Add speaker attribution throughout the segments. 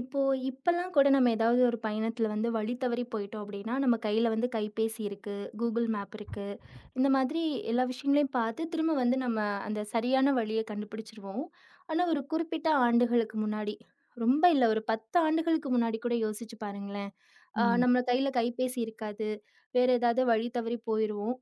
Speaker 1: இப்போ இப்பல்லாம் கூட நம்ம ஏதாவது ஒரு பயணத்துல வந்து வழி தவறி போயிட்டோம் அப்படின்னா, நம்ம கையில வந்து கைபேசி இருக்கு, Google மேப் இருக்கு. இந்த மாதிரி எல்லா விஷயங்களையும் பார்த்து திரும்ப வந்து நம்ம அந்த சரியான வழிய கண்டுபிடிச்சிருவோம். ஆனா ஒரு குறிப்பிட்ட ஆண்டுகளுக்கு முன்னாடி, ரொம்ப இல்ல ஒரு 10 ஆண்டுகளுக்கு முன்னாடி கூட யோசிச்சு பாருங்களேன்.
Speaker 2: ம்.
Speaker 1: நம்ம கையில கைபேசி இருக்காது. வேற ஏதாவது வழி தவறி போயிருவோம்.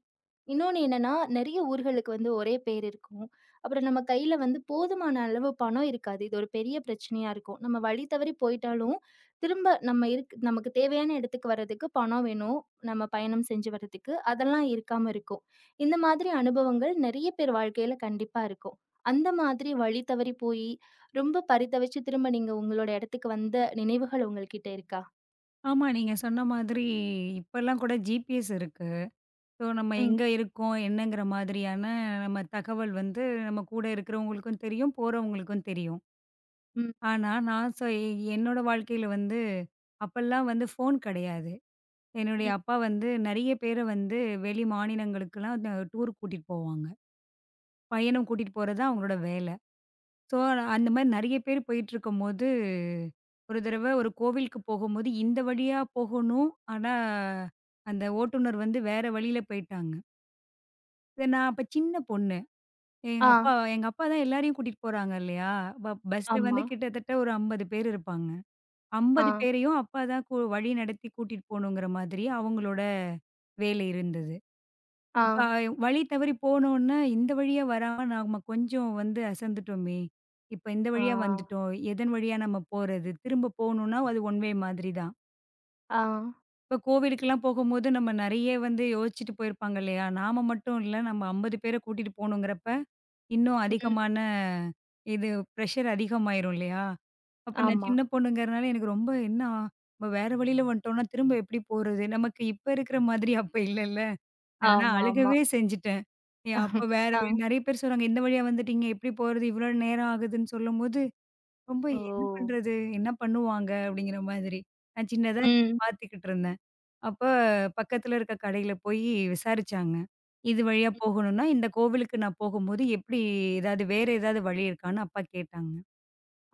Speaker 1: இன்னொன்னு என்னன்னா, நெறைய ஊர்களுக்கு வந்து ஒரே பேர் இருக்கும். அப்புறம் நம்ம கையில வந்து போதுமான அளவு பணம் இருக்காது. இது ஒரு பெரிய பிரச்சனையா இருக்கும். நம்ம வழி தவறி போயிட்டாலும், திரும்ப நம்ம நமக்கு தேவையான இடத்துக்கு வர்றதுக்கு பணம் வேணும். நம்ம பயணம் செஞ்சு வர்றதுக்கு. அதெல்லாம் இருக்காம இருக்கும். இந்த மாதிரி அனுபவங்கள் நெறைய பேர் வாழ்க்கையில கண்டிப்பா இருக்கும். அந்த மாதிரி வழி தவறி போயி, ரொம்ப பரிதவிச்சு திரும்ப நீங்க உங்களோட இடத்துக்கு வந்த நினைவுகள் உங்கள்கிட்ட இருக்கா?
Speaker 2: ஆமா, நீங்க சொன்ன மாதிரி இப்பலாம் கூட ஜிபிஎஸ் இருக்கு. ஸோ நம்ம
Speaker 1: ம்,
Speaker 2: எங்க இருக்கோம், என்னங்கிற மாதிரியான நம்ம தகவல் வந்து நம்ம கூட இருக்கிறவங்களுக்கும் தெரியும், போறவங்களுக்கும் தெரியும்.
Speaker 1: ம்,
Speaker 2: ஆனா, நான் சொ என்னோட வாழ்க்கையில வந்து அப்பல்லாம் வந்து ஃபோன் கிடையாது. என்னுடைய
Speaker 1: ம்.
Speaker 2: அப்பா வந்து நெறைய பேர வந்து வெளி மாநிலங்களுக்குலாம் டூர் கூட்டிட்டு போவாங்க. பயணம் கூட்டிட்டு போறது தான் அவங்களோட வேல. ஸோ, அந்த மாரி நெறைய பேர் போயிட்டுருக்கும்போது, ஒரு தடவ ஒரு கோவிலுக்கு போகும்போது, இந்த வழியா போகணும். ஆனா, அந்த ஓட்டுநர் வந்து வேற வழியில போயிட்டாங்க. இது நான் அப்ப சின்ன பொண்ணு. எங்க
Speaker 1: ஆ,
Speaker 2: அப்பா எங்க அப்பா தான் எல்லாரையும் கூட்டிட்டு போறாங்க இல்லையா? பஸ்ல
Speaker 1: ஆமா.
Speaker 2: வந்து கிட்டத்தட்ட ஒரு 50 பேர் இருப்பாங்க. 50
Speaker 1: ஆ,
Speaker 2: பேரையும் அப்பா தான் வழி நடத்தி கூட்டிட்டு போணுங்கிற மாதிரி அவங்களோட வேலை இருந்தது.
Speaker 1: ஆ,
Speaker 2: அப்ப வழி தவறி போனோன்ன, இந்த வழியா வராம நாம கொஞ்சம் வந்து அசந்துட்டோமே! இப்ப இந்த
Speaker 1: ஆ,
Speaker 2: வழியா வந்துட்டோம். எதன் வழியா நம்ம போறது? திரும்ப போணுன்னா, அது ஒன் வே மாதிரி தான்.
Speaker 1: ஆ.
Speaker 2: இப்ப கோவிலுக்கெல்லாம் போகும்போது நம்ம நெறைய வந்து யோசிச்சுட்டு போயிருப்பாங்க இல்லயா! நாம மட்டும் இல்ல, நம்ம 50 பேர கூட்டிட்டு போணுங்கிறப்ப, இன்னும்
Speaker 1: ம்.
Speaker 2: அதிகமான இது பிரஷர் அதிகமாயிரும் இல்லயா! அப்ப நான்
Speaker 1: ஆமா.
Speaker 2: சின்ன பொண்ணுங்கிறனால எனக்கு ரொம்ப என்ன நம்ம வேற வழியில வந்துட்டோம்ன்னா, திரும்ப எப்பிடி போறது? நமக்கு இப்ப இருக்கிற மாதிரி அப்ப இல்லல்ல. ஆனா
Speaker 1: ஆமாமா.
Speaker 2: அழுகவே செஞ்சுட்டேன். அப்ப வேற
Speaker 1: ஆ.
Speaker 2: வழி நெறைய பேர் சொல்றாங்க, "இந்த வழியா வந்துட்டீங்க, எப்படி போறது? இவ்ளோ நேரம் ஆகுதுன்னு" சொல்லும்போது, ரொம்ப
Speaker 1: ஓ!
Speaker 2: என்ன பண்றது? என்ன பண்ணுவாங்க? அப்படிங்கிற மாதிரி. நான் சின்னதா நின்னு
Speaker 1: ம்.
Speaker 2: பார்த்துக்கிட்டு இருந்தேன். அப்ப பக்கத்துல இருக்க கடையில போய் விசாரிச்சாங்க. "இது வழியா போகணும்னா, இந்த கோவிலுக்கு நான் போகும்போது எப்படி வேற ஏதாவது வழி இருக்கான்னு?" அப்பா கேட்டாங்க.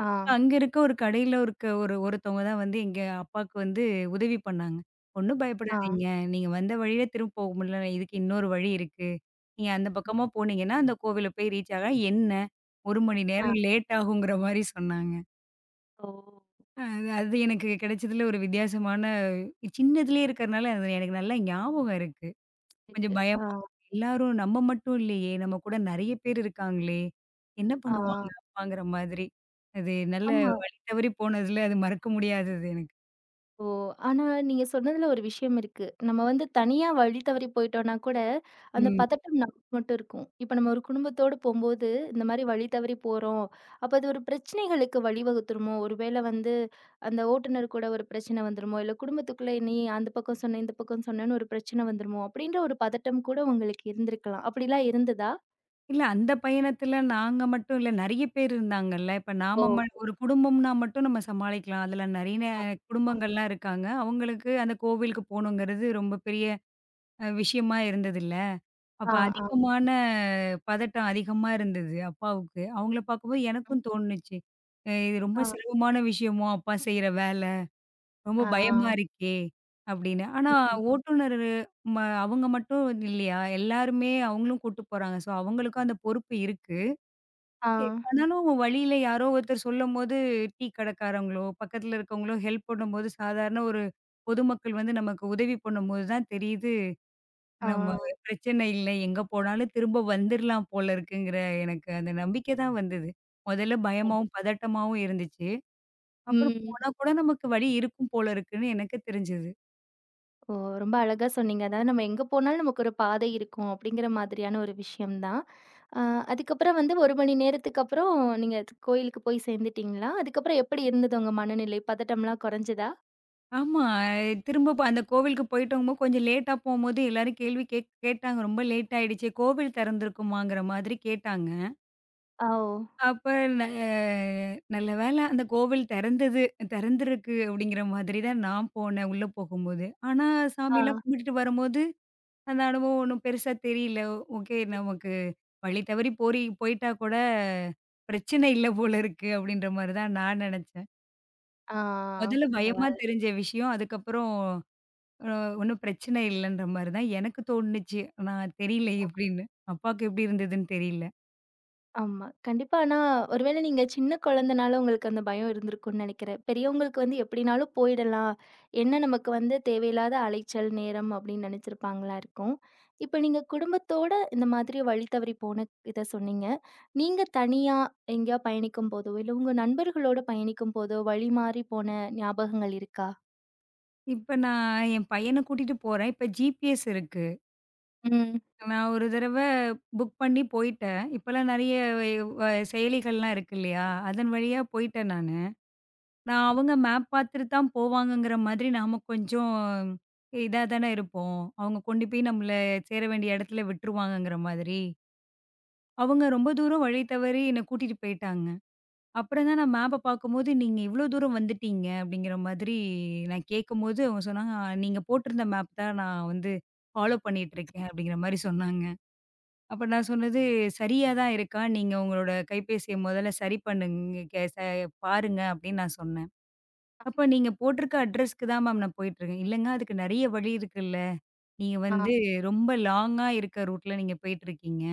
Speaker 1: ஆ.
Speaker 2: அப்ப அங்க இருக்க ஒரு கடையில இருக்க ஒருத்தவங்க தான் வந்து எங்க அப்பாவுக்கு வந்து உதவி பண்ணாங்க. "ஒண்ணும்
Speaker 1: ஆ.
Speaker 2: பயப்படாதீங்க. நீங்க வந்த வழியே திரும்ப போக முடியல. இதுக்கு இன்னொரு வழி இருக்கு. நீங்க அந்த பக்கமா போனீங்கன்னா, அந்த கோவில போய் ரீச் ஆக 1 மணி
Speaker 1: ஆ.
Speaker 2: நேரம் லேட் ஆகுங்கிற மாரி" சொன்னாங்க.
Speaker 1: ஓ!
Speaker 2: அது அது எனக்கு கிடைச்சதுல ஒரு வித்தியாசமான, சின்னதுலயே இருக்கிறனால அது எனக்கு நல்லா ஞாபகம் இருக்கு.
Speaker 1: இருக்கு.
Speaker 2: கொஞ்சம்
Speaker 1: ஆ.
Speaker 2: பயமா எல்லாரும், நம்ம மட்டும் இல்லையே! நம்ம கூட நெறைய பேர் இருக்காங்களே! என்ன
Speaker 1: ஆ.
Speaker 2: பண்ணுவாங்க அப்பாங்கிற மாதிரி. அது நல்ல
Speaker 1: ஆமா.
Speaker 2: வழி தவறி போனதுல அது மறக்க முடியாதது எனக்கு.
Speaker 1: ஓ! ஆனா நீங்க சொன்னதுல ஒரு விஷயம் இருக்கு. நம்ம வந்து தனியா வழி தவறி போயிட்டோம்னா கூட, அந்த
Speaker 2: ம்.
Speaker 1: பதட்டம் நமக்கு மட்டும் இருக்கும். இப்ப நம்ம ஒரு குடும்பத்தோட போம்போது, இந்த மாரி வழி தவறி போறோம். அப்ப அது ஒரு பிரச்சனைகளுக்கு வழிவகுத்துருமோ? ஒருவேளை வந்து அந்த ஓட்டுநர் கூட ஒரு பிரச்சனை வந்துருமோ? இல்ல குடும்பத்துக்குள்ள நீ அந்த பக்கம் சொன்ன, இந்த பக்கம் சொன்னேன்னு ஒரு பிரச்சனை வந்துருமோ? அப்படின்ற ஒரு பதட்டம் கூட உங்களுக்கு இருந்திருக்கலாம். அப்படிலாம் இருந்ததா?
Speaker 2: இல்ல அந்த பயணத்துல நாங்க மட்டும் இல்ல, நெறைய பேர் இருந்தாங்கல்ல. இப்ப
Speaker 1: ஓ!
Speaker 2: நாம ஒரு குடும்பம்னா மட்டும் நம்ம சமாளிக்கலாம். அதுல நெறைய
Speaker 1: ஆ,
Speaker 2: குடும்பங்கள்லாம் இருக்காங்க. அவங்களுக்கு அந்த கோவிலுக்கு போகணுங்கிறது ரொம்ப பெரிய விஷயமா இருந்ததுல்ல.
Speaker 1: ஆ,
Speaker 2: அப்ப
Speaker 1: ஆ, ஆ,
Speaker 2: அதிகமான பதட்டம் அதிகமா இருந்தது அப்பாவுக்கு. அவங்கள பார்க்கும்போது எனக்கும் தோணுச்சு. இது ரொம்ப
Speaker 1: ஆ,
Speaker 2: சுலபமான விஷயமோ அப்பா செய்ற வேல. ரொம்ப
Speaker 1: ஆ,
Speaker 2: பயமா இருக்கே அப்படின்னு. ஆனா
Speaker 1: ம்,
Speaker 2: ஓட்டுநரு ம அவங்க மட்டும் இல்லையா, எல்லாருமே அவங்களும் கூட்டு போறாங்க. ஸோ அவங்களுக்கும் அந்த பொறுப்பு இருக்கு.
Speaker 1: ஆ,
Speaker 2: ஆனாலும் அவன் வழியில யாரோ ஒருத்தர் சொல்லும்போது, டீ கடைக்காரங்களோ, பக்கத்துல இருக்கவங்களோ ஹெல்ப் பண்ணும்போது, சாதாரண ஒரு பொதுமக்கள் வந்து நமக்கு உதவி பண்ணும்போது தான் தெரியுது,
Speaker 1: ஆ,
Speaker 2: நம்ம பிரச்சனை இல்ல. எங்க போனாலும் திரும்ப வந்துரலாம் போல இருக்குங்கிற எனக்கு அந்த நம்பிக்கை தான் வந்தது. முதல்ல பயமாவும், பதட்டமாவும் இருந்துச்சு. அப்புறம்
Speaker 1: ம்.
Speaker 2: போனா கூட நமக்கு வழி இருக்கும் போல இருக்குன்னு எனக்கு தெரிஞ்சது.
Speaker 1: ஓ! ரொம்ப அழகா சொன்னீங்க. அதாவது நம்ம எங்க போனாலும் நமக்கு ஒரு பாதை இருக்கும் அப்படிங்கிற மாதிரியான ஒரு விஷயம் தான். அ அதுக்கப்புறம் வந்து 1 மணி நேரத்துக்கு அப்புறம் நீங்க கோயிலுக்கு போய் சேர்ந்துட்டீங்களா? அதுக்கப்புறம் எப்படி இருந்தது உங்க மனநிலை? பதட்டம்லாம் குறைஞ்சதா?
Speaker 2: ஆமா. திரும்ப அந்த கோவிலுக்கு போயிட்டோங்கும்போ கொஞ்சம் லேட்டா போம்போது எல்லாரும் கேள்வி கேட்டாங்க. ரொம்ப லேட் ஆயிடுச்சே, கோவில் திறந்திருக்குமாங்கிற மாதிரி கேட்டாங்க.
Speaker 1: ஆ, ஓ!
Speaker 2: அப்ப ந நல்ல வேளை அந்த கோவில் திறந்தது, திறந்திருக்கு அப்படிங்கிற மாதிரி தான் நான் போனேன் உள்ள போகும்போது. ஆனா
Speaker 1: ஆ.
Speaker 2: சாமிலாம் கும்பிட்டுட்டு வரும்போது, அந்த அனுபவம் ஒண்ணும் பெருசா தெரியல. ஓகே, நமக்கு வழி தவறி போயிட்டா கூட பிரச்சனை இல்ல போல இருக்கு அப்படின்ற மாரி தான் நான் நெனச்சேன்.
Speaker 1: ஆ.
Speaker 2: முதல்ல பயமா
Speaker 1: பரவால்ல.
Speaker 2: தெரிஞ்ச விஷயம், அதுக்கப்புறம் அ ஒண்ணும் பிரச்சனை இல்லன்ற மாரி தான் எனக்கு தோணுச்சு. நான் தெரியல எப்படின்னு. அப்பாவுக்கு எப்படி இருந்ததுன்னு தெரியல.
Speaker 1: ஆமா. கண்டிப்பா. ஆனா, ஒருவேள நீங்க சின்ன குழந்தனால உங்களுக்கு அந்த பயம் இருந்திருக்கும்னு நெனைக்கிறேன். பெரியவங்களுக்கு வந்து எப்படினாலும் போயிடலாம். என்ன நமக்கு வந்து தேவையில்லாத அலைச்சல், நேரம் அப்படின்னு நெனைச்சிருப்பாங்களா இருக்கும். இப்ப நீங்க குடும்பத்தோட இந்த மாதிரி வழி தவறி போன இத சொன்னீங்க. நீங்க தனியா எங்கேயா பயணிக்கும் போதோ, இல்ல உங்க நண்பர்களோட பயணிக்கும் போதோ வழி மாறி போன ஞாபகங்கள் இருக்கா?
Speaker 2: இப்ப நான் என் பையன கூட்டிட்டு போறேன். இப்ப ஜிபிஎஸ் இருக்கு.
Speaker 1: ம்.
Speaker 2: நான் ஒரு தடவ புக் பண்ணி போயிட்டேன். இப்பலாம் நெறைய வ வ- செயலிகள்லாம் இருக்கு இல்லையா? அதன் வழியா போயிட்டேன் நானு. நான் அவங்க மேப் பார்த்துட்டு தான் போவாங்கங்கிற மாதிரி நாம கொஞ்சம் இதா தானே இருப்போம். அவங்க கொண்டு போய் நம்மள சேர வேண்டிய இடத்துல விட்டுருவாங்கங்கிற மாதிரி. அவங்க ரொம்ப தூரம் வழி தவறி என்ன கூட்டிட்டு போயிட்டாங்க. அப்புறம் தான் நான் மேப்ப பார்க்கும்போது, "நீங்க இவ்ளோ தூரம் வந்துட்டீங்க" அப்படிங்கிற மாதிரி நான் கேட்கும்போது அவங்க சொன்னாங்க, "ஆ, நீங்க போட்டிருந்த மேப் தான் நான் வந்து ஃபாலோ பண்ணிட்டுருக்கேன்" அப்படிங்கிற மாரி சொன்னாங்க. அப்ப நான் சொன்னது, "சரியா தான் இருக்கா. நீங்க உங்களோட கைபேசிய முதல்ல சரி பண்ணுங்க கே ச பாருங்க" அப்படின்னு நான் சொன்னேன். "அப்ப நீங்க போட்டிருக்க அட்ரஸ்க்கு தான் மேம் நான் போயிட்டுருக்கேன்." "இல்லங்க அதுக்கு நெறைய வழி இருக்குல்ல. நீங்க
Speaker 1: ஆ.
Speaker 2: வந்து ரொம்ப லாங்கா இருக்க ரூட்ல நீங்க போயிட்டுருக்கீங்க.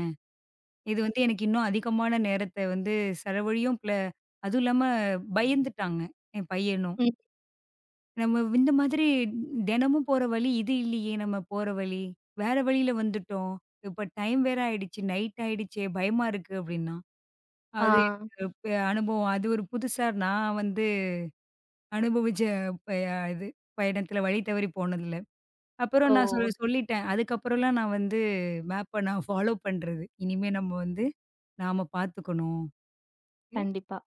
Speaker 2: இது வந்து எனக்கு இன்னும் அதிகமான நேரத்த வந்து செலவழியும் அதுவும் இல்லாம பயந்துட்டாங்க என் பையனும்.
Speaker 1: ம்.
Speaker 2: நம்ம இந்த மாதிரி தினமும் போற வழி இது இல்லையே நம்ம போற வழி. வேற வழியில வந்துட்டோம். இப்ப டைம் வேற ஆயிடுச்சு. நைட் ஆயிடுச்சே பயமா இருக்கு" அப்படின்னா. அது
Speaker 1: ஆ.
Speaker 2: எனக்கு அனுபவம். அது ஒரு புதுசா நான் வந்து அனுபவிச்ச ப இது பயணத்துல வழி தவறி போனதுல. அப்புறம்
Speaker 1: ஓ!
Speaker 2: நான் சொ ம். சொல்லிட்டேன். அதுக்கப்புறம்லாம் நான் வந்து மேப்ப நான் ஃபாலோ பண்றது. இனிமே நம்ம வந்து நாம பார்த்துக்கணும்.
Speaker 1: கண்டிப்பா.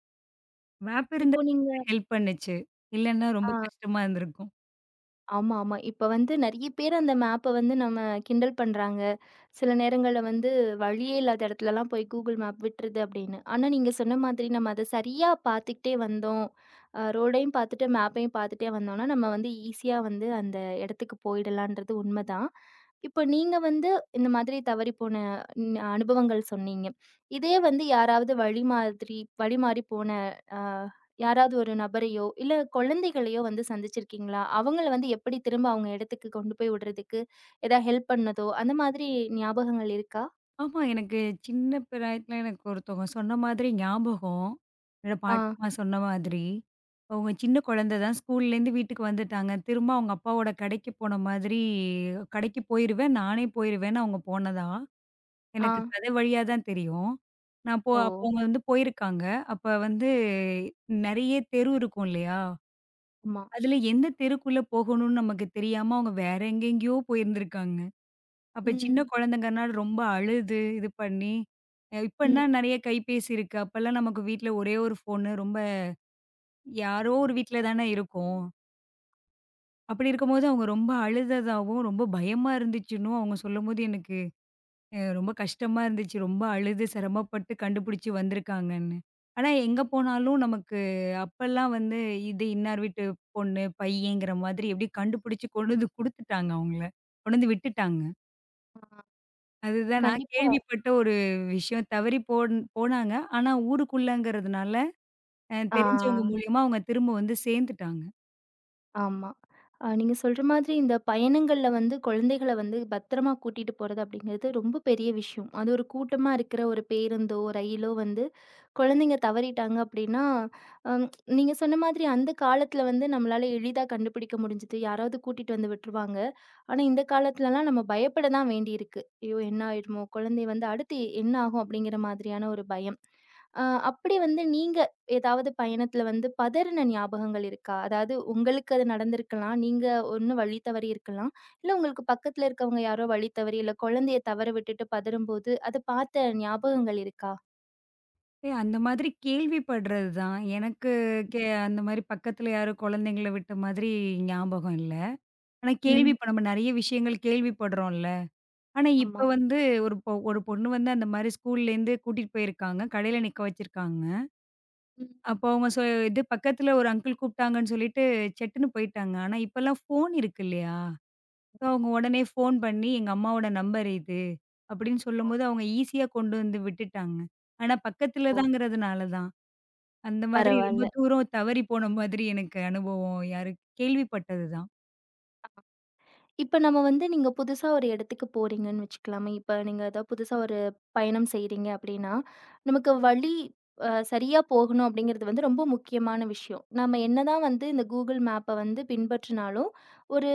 Speaker 2: மேப் இருந்தா
Speaker 1: இப்போ நீங்க
Speaker 2: ஹெல்ப் பண்ணுச்சு. இல்லன்னா ரொம்ப
Speaker 1: ஆ.
Speaker 2: கஷ்டமா இருந்திருக்கும்.
Speaker 1: ஆமா, ஆமா. இப்ப வந்து நெறைய பேர் அந்த மேப்ப வந்து நம்ம கிண்டல் பண்றாங்க. சில நேரங்கள்ல வந்து வழியே இல்லாத இடத்துலலாம் போய் Google மேப் விட்டுருது அப்படின்னு. ஆனா நீங்க சொன்ன மாதிரி நம்ம அத சரியா பார்த்துக்கிட்டே வந்தோம். ரோடையும் பார்த்துட்டு, மேப்பையும் பார்த்துட்டே வந்தோம்னா, நம்ம வந்து ஈஸியா வந்து அந்த இடத்துக்கு போயிடலான்றது உண்மதான். இப்ப நீங்க வந்து இந்த மாதிரி தவறி போன அனுபவங்கள் சொன்னீங்க. இதே வந்து யாராவது வழி மாறி போன அ யாராவது ஒரு நபரையோ, இல்ல குழந்தைகளையோ வந்து சந்திச்சிருக்கீங்களா? அவங்கள வந்து எப்படி திரும்ப அவங்க இடத்துக்கு கொண்டு போய் விடுறதுக்கு, ஏதா ஹெல்ப் பண்ணதோ, அந்த மாதிரி ஞாபகங்கள் இருக்கா?
Speaker 2: ஆமா. எனக்கு சின்ன பிராயத்தில எனக்கு ஒருத்தவங்க சொன்ன மாதிரி ஞாபகம். என்னோட
Speaker 1: ஆ,
Speaker 2: பாட்டிம்மா சொன்ன மாதிரி. அவங்க சின்ன குழந்தை தான் ஸ்கூல்லேருந்து வீட்டுக்கு வந்துட்டாங்க. திரும்ப அவங்க அப்பாவோட கடைக்கு போன மாதிரி கடைக்கு போயிருவேன், நானே போயிருவேன்னு அவங்க போனதா.
Speaker 1: ஆ.
Speaker 2: எனக்கு கதை வழியா தான் தெரியும். நான் போ
Speaker 1: ஓ!
Speaker 2: அப்போ அவங்க வந்து போயிருக்காங்க. அப்ப வந்து நெறைய தெரு இருக்கும் இல்லையா?
Speaker 1: ஆமா.
Speaker 2: அதுல எந்த தெருக்குள்ள போகணும்னு நமக்கு தெரியாம அவங்க வேற எங்கெங்கேயோ போயிருந்திருக்காங்க. அப்ப சின்ன
Speaker 1: ம்,
Speaker 2: குழந்தைங்கனால ரொம்ப அழுது, இது பண்ணி, இப்பன்னா
Speaker 1: ம்.
Speaker 2: நெறைய கைபேசி இருக்கு. அப்பலாம் நமக்கு வீட்ல ஒரே ஒரு ஃபோனு. ரொம்ப யாரோ ஒரு வீட்ல தானே இருக்கோம். அப்படி இருக்கும்போது அவங்க ரொம்ப அழுததாவும், ரொம்ப பயமா இருந்துச்சுன்னும் அவங்க சொல்லும்போது எனக்கு ரொம்ப கஷ்டமா இருந்துச்சு. ரொம்ப அழுது சிரமப்பட்டு கண்டுபிடிச்சு வந்திருக்காங்கன்னு. ஆனா எங்க போனாலும் நமக்கு அப்பலாம் வந்து இது இன்னார் வீட்டு பொண்ணு, பையங்கிற மாதிரி எப்படியோ கண்டுபிடிச்சு கொண்டு வந்து குடுத்துட்டாங்க அவங்கள. கொண்டு வந்து விட்டுட்டாங்க. அதுதான் நான்
Speaker 1: கண்டிப்பா.
Speaker 2: கேள்விப்பட்ட ஒரு விஷயம். தவறி போனாங்க. ஆனா ஊருக்குள்ளங்கிறதுனால
Speaker 1: ஆ.
Speaker 2: தெரிஞ்சவங்க மூலியமா அவங்க திரும்ப வந்து சேர்ந்துட்டாங்க.
Speaker 1: ஆமா. நீங்க சொல்ற மாதிரி இந்த பயணங்கள்ல வந்து குழந்தைகள வந்து பத்திரமா கூட்டிட்டு போறது அப்படிங்கிறது ரொம்ப பெரிய விஷயம். அது ஒரு கூட்டமா இருக்கிற ஒரு பேருந்தோ, ரயிலோ வந்து குழந்தைங்க தவறிட்டாங்க அப்படின்னா, அம் நீங்க சொன்ன மாதிரி அந்த காலத்துல வந்து நம்மளால எளிதா கண்டுபிடிக்க முடிஞ்சது. யாராவது கூட்டிட்டு வந்து விட்டுருவாங்க. ஆனா, இந்த காலத்துலலாம் நம்ம பயப்பட தான் வேண்டியிருக்கு. ஐயோ! என்ன ஆயிடுமோ? குழந்தை வந்து அடுத்து என்ன ஆகும்? அப்படிங்கிற மாதிரியான ஒரு பயம். அ அப்படி வந்து நீங்க ஏதாவது பயணத்துல வந்து பதறுன ஞாபகங்கள் இருக்கா? அதாவது உங்களுக்கு அது நடந்திருக்கலாம். நீங்க ஒண்ணு வழி தவறி இருக்கலாம். இல்ல உங்களுக்கு பக்கத்துல இருக்கவங்க யாரோ வழி தவறி, இல்ல குழந்தைய தவற விட்டுட்டு பதறும்போது, அத பார்த்த ஞாபகங்கள் இருக்கா?
Speaker 2: அந்த மாதிரி கேள்விப்படுறது தான். எனக்கு அந்த மாரி பக்கத்துல யாரும் குழந்தைங்கள விட்ட மாதிரி ஞாபகம் இல்ல. ஆனா கேள்வி
Speaker 1: ம்.
Speaker 2: ம். இப்ப நம்ம நெறைய விஷயங்கள் கேள்விப்படுறோம்ல. ஆனா
Speaker 1: ஆமா.
Speaker 2: இப்ப வந்து ஒரு பொண்ணு வந்து அந்த மாரி ஸ்கூல்லேருந்து கூட்டிட்டு போயிருக்காங்க. கடையில நிக்க வச்சிருக்காங்க.
Speaker 1: ம்.
Speaker 2: அப்போ அவங்க சொ இது பக்கத்துல ஒரு அங்கிள் கூப்பிட்டாங்கன்னு சொல்லிட்டு சட்டுன்னு போயிட்டாங்க. ஆனா இப்பலாம் ஃபோன் இருக்கு இல்லையா? அவங்க உடனே ஃபோன் பண்ணி, "எங்க அம்மாவோட நம்பர் இது" அப்படின்னு சொல்லும்போது, அவங்க ஈஸியா கொண்டு வந்து விட்டுட்டாங்க. ஆனா பக்கத்துல
Speaker 1: ஓ!
Speaker 2: தாங்கிறதுனால தான். அந்த மாதிரி ரொம்ப
Speaker 1: பரவால்ல.
Speaker 2: தூரம் தவறி போன மாதிரி எனக்கு அனுபவம் யாரு கேள்விப்பட்டது தான்.
Speaker 1: இப்ப நம்ம வந்து நீங்க புதுசா ஒரு இடத்துக்கு போறீங்கன்னு வச்சுக்கலாமே. இப்ப நீங்க ஏதாவது புதுசா ஒரு பயணம் செய்றீங்க அப்டின்னா, நமக்கு வழி சரியா போகணும் அப்டிங்கிறது வந்து ரொம்ப முக்கியமான விஷயம். நம்ம என்னதான் வந்து இந்த Google மேப்ப வந்து பின்பற்றினாலும், ஒரு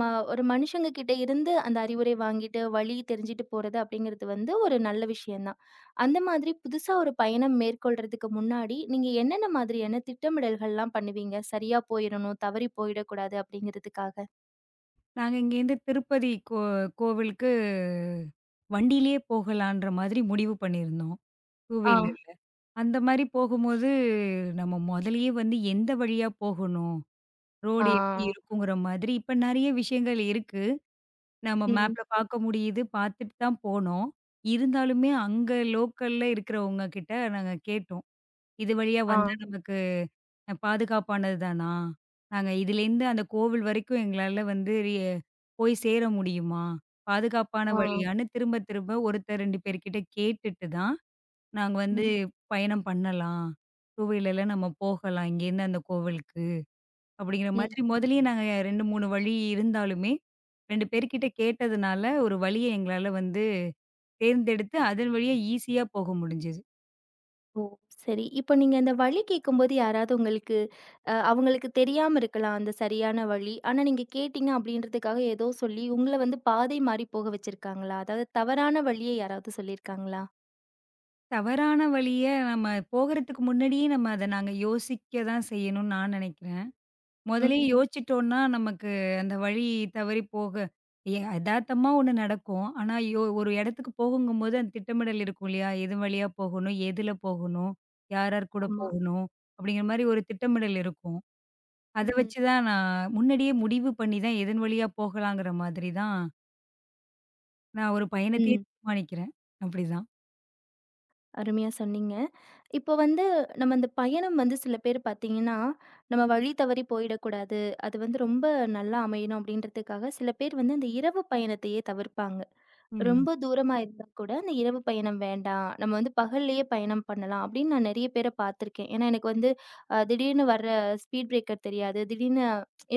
Speaker 1: ம ஒரு மனுஷங்க கிட்ட இருந்து அந்த அறிவுரை வாங்கிட்டு, வழி தெரிஞ்சுட்டு போறது அப்டிங்கிறது வந்து ஒரு நல்ல விஷயம் தான். அந்த மாதிரி புதுசா ஒரு பயணம் மேற்கொள்றதுக்கு முன்னாடி, நீங்க என்னென்ன மாதிரியான திட்டமிடல்கள்லாம் பண்ணுவீங்க? சரியா போயிறணும், தவறி போயிடக்கூடாது அப்டிங்கிறதுக்காக.
Speaker 2: நாங்க இங்கேருந்து திருப்பதி கோவிலுக்கு வண்டியிலேயே போகலான்ற மாதிரி முடிவு பண்ணியிருந்தோம். டூ
Speaker 1: ஆ.
Speaker 2: வீலர்ல. அந்த மாரி போகும்போது, நம்ம முதல்லயே வந்து எந்த வழியா போகணும்?
Speaker 1: ஆ.
Speaker 2: ரோடு எப்படி இருக்குங்கிற மாதிரி இப்ப நெறைய விஷயங்கள் இருக்கு. நம்ம
Speaker 1: ம்.
Speaker 2: மேப்ல பார்க்க முடியுது. பார்த்துட்டு தான் போனோம். இருந்தாலுமே அங்க லோக்கல்ல இருக்கிறவங்க கிட்ட நாங்க கேட்டோம். "இது வழியா
Speaker 1: ஆ,
Speaker 2: வந்தா நமக்கு பாதுகாப்பானது தானா? நாங்க இதுலேருந்து அந்த கோவில் வரைக்கும் எங்களால வந்து போய் சேர முடியுமா? பாதுகாப்பான
Speaker 1: ஆ.
Speaker 2: வழியான்னு" திரும்ப திரும்ப ஒருத்தர் 2 பேர்கிட்ட கேட்டுட்டு தான் நாங்க
Speaker 1: ம்,
Speaker 2: வந்து பயணம் பண்ணலாம். டூ வீலர்ல நம்ம போகலாம் இங்கேருந்து அந்த கோவிலுக்கு. அப்படிங்கிற மாதிரி
Speaker 1: ம்.
Speaker 2: முதலயே நாங்க 2, 3 வழி இருந்தாலுமே, 2 பேர்கிட்ட கேட்டதுனால ஒரு வழிய எங்களால வந்து தேர்ந்தெடுத்து அதன் வழியா ஈஸியா போக முடிஞ்சது.
Speaker 1: ஓ! சரி. இப்ப நீங்க இந்த வழி கேட்கும்போது யாராவது உங்களுக்கு அவங்களுக்கு தெரியாம இருக்கலாம் அந்த சரியான வழி. ஆனா நீங்க கேட்டீங்க அப்படின்றதுக்காக ஏதோ சொல்லி உங்கள வந்து பாதை மாறி போக வச்சிருக்காங்களா? அதாவது தவறான வழிய யாராவது சொல்லியிருக்காங்களா?
Speaker 2: தவறான வழிய நம்ம போகறதுக்கு முன்னாடியே நம்ம அத நாங்க யோசிக்க தான் செய்யணும்னு நான் நினைக்கிறேன். முதல்லயே
Speaker 1: ம்.
Speaker 2: யோசிச்சுட்டோம்னா நமக்கு அந்த வழி தவறி போக எதார்த்தமா ஒண்ணு நடக்கும். ஆனா ஒரு இடத்துக்கு போகுங்கும்போது அந்த திட்டமிடல் இருக்கும் இல்லையா? எது வழியா போகணும்? எதுல போகணும்? யார் யார் கூட
Speaker 1: ஆமா.
Speaker 2: போகணும்? அப்படிங்கிற மாரி ஒரு திட்டமிடல் இருக்கும். அத
Speaker 1: ம்.
Speaker 2: வச்சு தான் நான் முன்னாடியே முடிவு பண்ணி தான் எதன் வழியா போகலாங்கிற மாதிரி தான், நான் ஒரு பயணத்தையே
Speaker 1: ம்.
Speaker 2: தீர்மானிக்கிறேன். அப்படிதான்.
Speaker 1: அருமையா சொன்னீங்க. இப்போ வந்து நம்ம இந்த பயணம் வந்து சில பேர் பார்த்தீங்கன்னா, நம்ம வழி தவறி போயிடக்கூடாது. அது வந்து ரொம்ப நல்லா அமையணும் அப்படின்றதுக்காக சில பேர் வந்து அந்த இரவு பயணத்தையே தவிர்ப்பாங்க.
Speaker 2: ம்.
Speaker 1: ரொம்ப தூரமா இருந்தா கூட, அந்த இரவு பயணம் வேண்டாம். நம்ம வந்து பகல்லேயே பயணம் பண்ணலாம் அப்படின்னு நான் நெறைய பேர பார்த்துருக்கேன். ஏன்னா, எனக்கு வந்து திடீர்னு வர்ற ஸ்பீட் பிரேக்கர் தெரியாது. திடீர்னு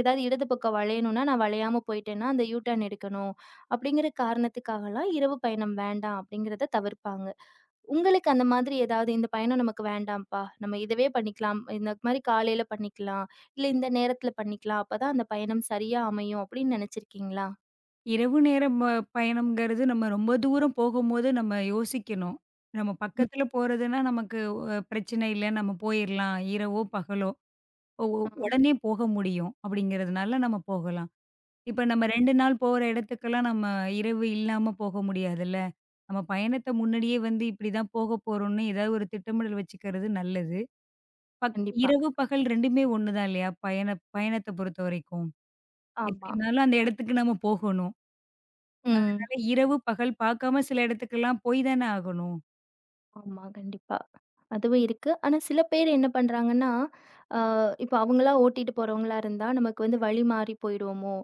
Speaker 1: ஏதாவது இடது பக்கம் வளையணும்னா, நான் வளையாம போயிட்டேன்னா, அந்த யூ டர்ன் எடுக்கணும். அப்படிங்கிற காரணத்துக்காகலாம் இரவு பயணம் வேண்டாம் அப்படிங்கிறத தவிர்ப்பாங்க. உங்களுக்கு அந்த மாதிரி ஏதாவது, "இந்த பயணம் நமக்கு வேண்டாம்ப்பா. நம்ம இதவே பண்ணிக்கலாம். இந்த மாரி காலையில பண்ணிக்கலாம். இல்ல இந்த நேரத்தில பண்ணிக்கலாம். அப்பதான் அந்த பயணம் சரியா அமையும்." அப்படின்னு நெனைச்சிருக்கீங்களா?
Speaker 2: இரவு நேரம் பயணம்ங்கிறது நம்ம ரொம்ப தூரம் போகும்போது நம்ம யோசிக்கணும். நம்ம
Speaker 1: ம்.
Speaker 2: பக்கத்துல போறதுன்னா நமக்கு பிரச்சனை இல்ல. நம்ம போயிரலாம். இரவோ, பகலோ ஒ ஒ
Speaker 1: ஆ.
Speaker 2: உடனே போக முடியும் அப்படிங்கிறதுனால நம்ம போகலாம். இப்ப
Speaker 1: ஆ.
Speaker 2: நம்ம 2 நாள் போற இடத்துக்கெல்லாம் நம்ம இரவு இல்லாம போக முடியாதுல்ல. நம்ம பயணத்த முன்னாடியே வந்து இப்படிதான் போக போறோம்னு ஏதாவது ஒரு திட்டமிடல் வச்சுக்கிறது நல்லது. பக்
Speaker 1: கண்டிப்பா.
Speaker 2: இரவு, பகல் 2மே ஒண்ணு தான் இல்லையா? பயணத்த பொறுத்தவரைக்கும்.
Speaker 1: ஆமா.
Speaker 2: எப்படினாலும் அந்த இடத்துக்கு நம்ம போகணும்.
Speaker 1: ம்.
Speaker 2: அதனால இரவு, பகல் பார்க்காம சில இடத்துக்கெல்லாம் போய் தானே ஆகணும்.
Speaker 1: ஆமா, கண்டிப்பா. அதுவும் இருக்கு. ஆனா சில பேர் என்ன பண்றாங்கன்னா, அ இப்ப அவங்களா ஓட்டிட்டு போறவங்களா இருந்தா, நமக்கு வந்து வழி மாறி போயிடுவோமோ!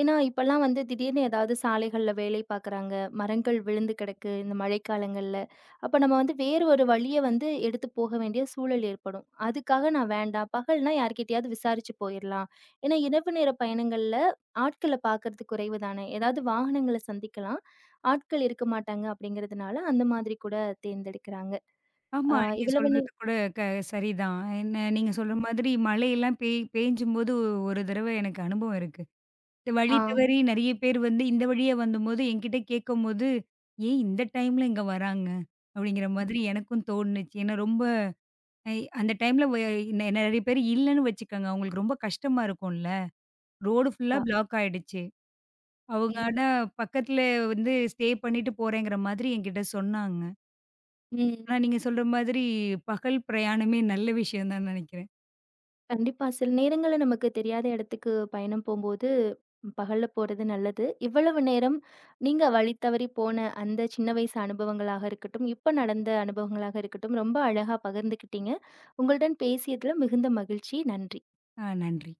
Speaker 1: ஏன்னா, இப்பலாம் வந்து திடீர்னு ஏதாவது சாலைகள்ல வேலை பார்க்குறாங்க. மரங்கள் விழுந்து கிடக்கு, இந்த மழைக்காலங்கள்ல. அப்ப நம்ம வந்து வேறு ஒரு வழிய வந்து எடுத்து போக வேண்டிய சூழல் ஏற்படும். அதுக்காக நான் வேண்டாம். பகல்னா யார்கிட்டயாவது விசாரிச்சு போயிரலாம். ஏன்னா, இரவு நேர பயணங்கள்ல ஆட்கள பார்க்கறது குறைவு தானே! ஏதாவது வாகனங்கள சந்திக்கலாம். ஆட்கள் இருக்க மாட்டாங்க அப்படிங்கிறதுனால, அந்த மாதிரி கூட தேர்ந்தெடுக்கிறாங்க. ஆ
Speaker 2: ஆமா, நீங்க
Speaker 1: இவ்வளவு நே
Speaker 2: சொல்றது கூட க சரிதான். என்ன நீங்க சொல்ற மாதிரி மழையெல்லாம் பேய்ஞ்சும்போது ஒரு தடவ எனக்கு அனுபவம் இருக்கு. இந்த
Speaker 1: ஆ
Speaker 2: வழி தவறி நெறைய பேர் வந்து இந்த வழியா வந்தம்போது என்கிட்ட கேட்கும்போது, "ஏன் இந்த டைம்ல இங்க வராங்க?" அப்படிங்கிற மாதிரி எனக்கும் தோணுச்சு. ஏன்னா ரொம்ப அ அந்த டைம்ல வ நெ நெறைய பேர் இல்லன்னு வச்சுக்கங்க. அவங்களுக்கு ரொம்ப கஷ்டமா இருக்கும்ல. ரோடு ஃபுல்லா
Speaker 1: ப
Speaker 2: பிளாக் ஆயிடுச்சு. அவங்க
Speaker 1: ம்.
Speaker 2: ஆனா பக்கத்துல வந்து ஸ்டே பண்ணிட்டு போறேங்கிற மாதிரி என்கிட்ட சொன்னாங்க.
Speaker 1: ம்.
Speaker 2: ஆனா நீங்க சொல்ற மாதிரி பகல் பிரயாணமே நல்ல விஷயம் தான் நெனைக்கிறேன்.
Speaker 1: கண்டிப்பா. சில நேரங்கள்ல நமக்கு தெரியாத இடத்துக்கு பயணம் போம்போது, பகல்ல போறது நல்லது. இவ்வளவு நேரம் நீங்க வழி தவறி போன அந்த சின்ன வயசு அனுபவங்களாக இருக்கட்டும், இப்ப நடந்த அனுபவங்களாக இருக்கட்டும், ரொம்ப அழகா பகிர்ந்துக்கிட்டீங்க. உங்களுடன் பேசியதுல மிகுந்த மகிழ்ச்சி. நன்றி.
Speaker 2: ஆ நன்றி.